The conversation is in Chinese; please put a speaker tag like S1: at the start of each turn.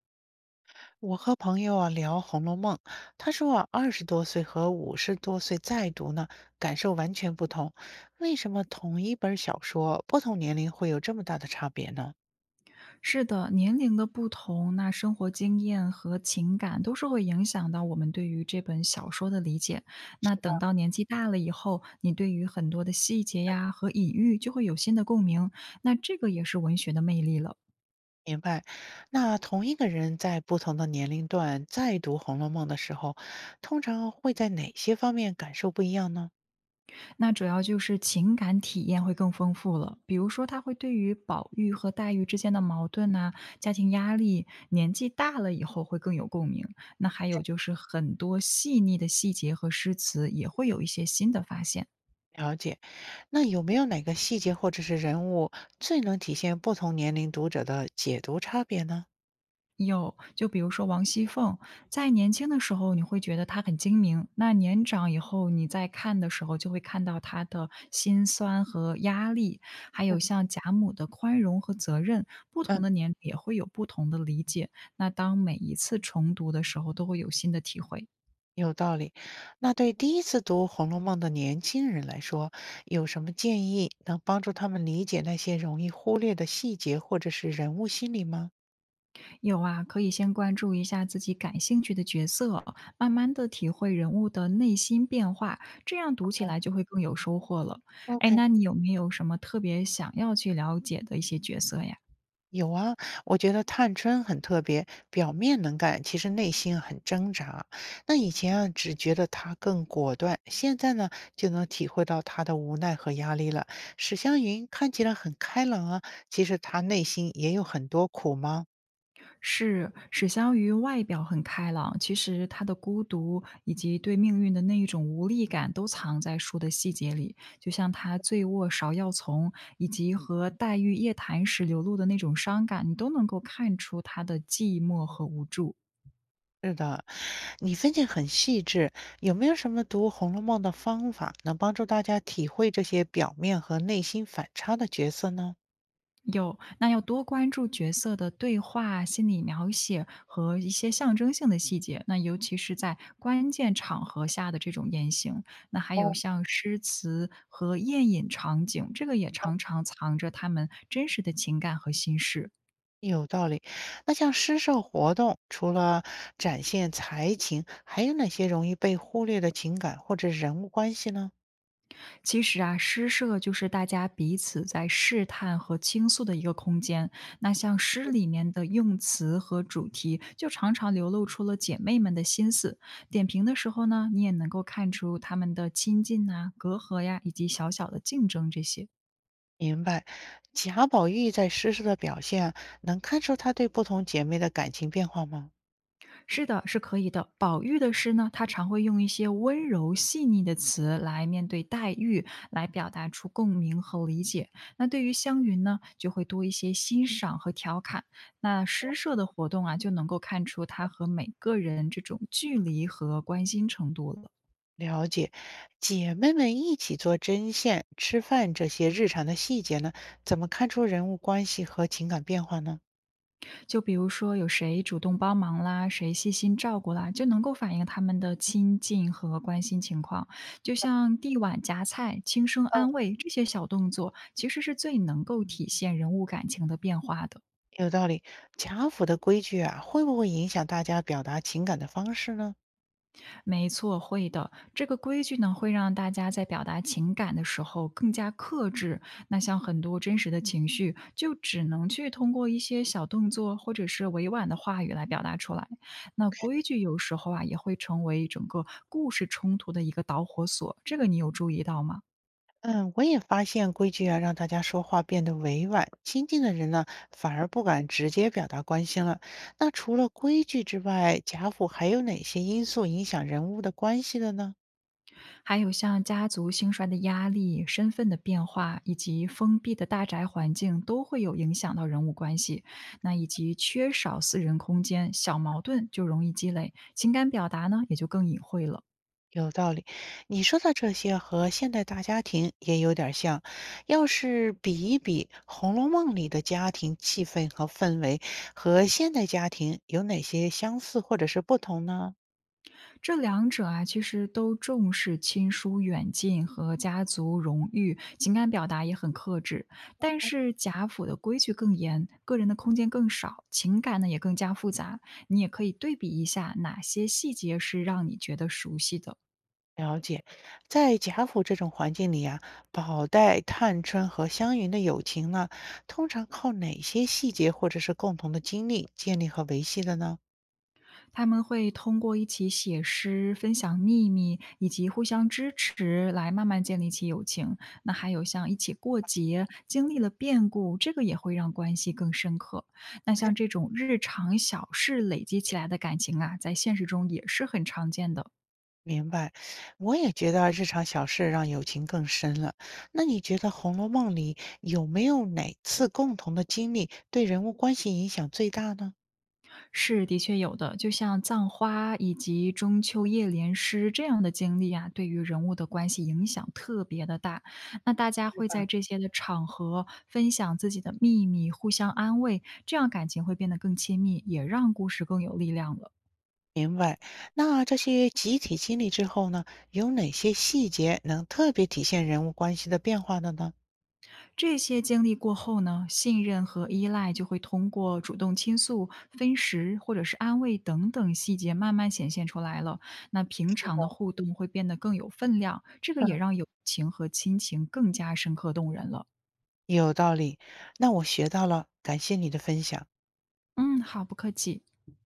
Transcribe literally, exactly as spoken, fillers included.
S1: 我和朋友啊聊《红楼梦》，他说啊，二十多岁和五十多岁再读呢，感受完全不同。为什么同一本小说，不同年龄会有这么大的差别呢？
S2: 是的，年龄的不同，那生活经验和情感都是会影响到我们对于这本小说的理解。那等到年纪大了以后，你对于很多的细节呀和隐喻就会有新的共鸣，那这个也是文学的魅力了。
S1: 明白。那同一个人在不同的年龄段再读《红楼梦》的时候，通常会在哪些方面感受不一样呢？
S2: 那主要就是情感体验会更丰富了，比如说它会对于宝玉和黛玉之间的矛盾呐、家庭压力，年纪大了以后会更有共鸣。那还有就是很多细腻的细节和诗词也会有一些新的发现。
S1: 了解。那有没有哪个细节或者是人物最能体现不同年龄读者的解读差别呢？
S2: 有，就比如说王熙凤，在年轻的时候你会觉得她很精明，那年长以后你在看的时候就会看到她的辛酸和压力，还有像贾母的宽容和责任，不同
S1: 嗯，
S2: 的年龄也会有不同的理解。那当每一次重读的时候，都会有新的体会。
S1: 有道理。那对第一次读《红楼梦》的年轻人来说，有什么建议能帮助他们理解那些容易忽略的细节或者是人物心理吗？
S2: 有啊，可以先关注一下自己感兴趣的角色，慢慢的体会人物的内心变化，这样读起
S1: 哦，
S2: 来就会更有收获了。哎，
S1: OK，
S2: 那你有没有什么特别想要去了解的一些角色呀？
S1: 有啊，我觉得探春很特别，表面能干，其实内心很挣扎。那以前啊，只觉得她更果断，现在呢，就能体会到她的无奈和压力了。史湘云看起来很开朗啊，其实她内心也有很多苦吗？
S2: 是史湘云外表很开朗，其实她的孤独以及对命运的那一种无力感都藏在书的细节里。就像她醉卧芍药丛，以及和黛玉夜谈时流露的那种伤感，你都能够看出她的寂寞和无助。
S1: 是的，你分析很细致。有没有什么读《红楼梦》的方法，能帮助大家体会这些表面和内心反差的角色呢？
S2: 有，那要多关注角色的对话、心理描写和一些象征性的细节。那尤其是在关键场合下的这种言行，那还有
S1: 哦，
S2: 像诗词和宴饮场景，这个也常常藏着他们真实的情感和心事。
S1: 有道理。那像诗社活动，除了展现才情，还有哪些容易被忽略的情感或者人物关系呢？
S2: 其实啊，诗社就是大家彼此在试探和倾诉的一个空间。那像诗里面的用词和主题，就常常流露出了姐妹们的心思。点评的时候呢，你也能够看出她们的亲近呐、隔阂呀，以及小小的竞争这些。
S1: 明白，贾宝玉在诗社的表现，能看出他对不同姐妹的感情变化吗？
S2: 是的，是可以的。宝玉的诗呢，他常会用一些温柔细腻的词来面对黛玉，来表达出共鸣和理解。那对于湘云呢，就会多一些欣赏和调侃。那诗社的活动啊，就能够看出他和每个人这种距离和关心程度了。
S1: 了解，姐妹们一起做针线、吃饭这些日常的细节呢，怎么看出人物关系和情感变化呢？
S2: 就比如说有谁主动帮忙啦，谁细心照顾啦，就能够反映他们的亲近和关心情况。就像递碗夹菜、轻声
S1: 嗯，
S2: 安慰这些小动作，其实是最能够体现人物感情的变化的。
S1: 有道理，贾府的规矩啊，会不会影响大家表达情感的方式呢？
S2: 没错，会的。这个规矩呢，会让大家在表达情感的时候更加克制。那像很多真实的情绪，就只能去通过一些小动作或者是委婉的话语来表达出来。那规矩有时候啊，也会成为整个故事冲突的一个导火索。这个你有注意到吗？
S1: 嗯，我也发现规矩啊，让大家说话变得委婉，亲近的人呢，反而不敢直接表达关心了。那除了规矩之外，贾府还有哪些因素影响人物的关系的呢？
S2: 还有像家族兴衰的压力、身份的变化，以及封闭的大宅环境，都会有影响到人物关系。那以及缺少私人空间，小矛盾就容易积累，情感表达呢也就更隐晦了。
S1: 有道理，你说的这些和现代大家庭也有点像。要是比一比《红楼梦》里的家庭气氛和氛围，和现代家庭有哪些相似或者是不同呢？
S2: 这两者啊，其实都重视亲疏远近和家族荣誉，情感表达也很克制。但是贾府的规矩更严，个人的空间更少，情感呢也更加复杂。你也可以对比一下，哪些细节是让你觉得熟悉的。
S1: 了解，在贾府这种环境里啊，宝黛、探春和湘云的友情呢，通常靠哪些细节或者是共同的经历建立和维系的呢？
S2: 他们会通过一起写诗、分享秘密以及互相支持来慢慢建立起友情。那还有像一起过节，经历了变故，这个也会让关系更深刻。那像这种日常小事累积起来的感情啊，在现实中也是很常见的。
S1: 明白，我也觉得日常小事让友情更深了。那你觉得《红楼梦》里有没有哪次共同的经历对人物关系影响最大呢？
S2: 是，的确有的，就像葬花以及中秋夜联诗这样的经历啊，对于人物的关系影响特别的大。那大家
S1: 对
S2: 会
S1: 吧？
S2: 在这些的场合分享自己的秘密，互相安慰，这样感情会变得更亲密，也让故事更有力量了。
S1: 明白。那这些集体经历之后呢，有哪些细节能特别体现人物关系的变化的呢？
S2: 这些经历过后呢，信任和依赖就会通过主动倾诉、分食或者是安慰等等细节慢慢显现出来了。那平常的互动会变得更有分量，这个
S1: 嗯，
S2: 也让友情和亲情更加深刻动人了。
S1: 有道理。那我学到了，感谢你的分享。
S2: 嗯，好，不客气。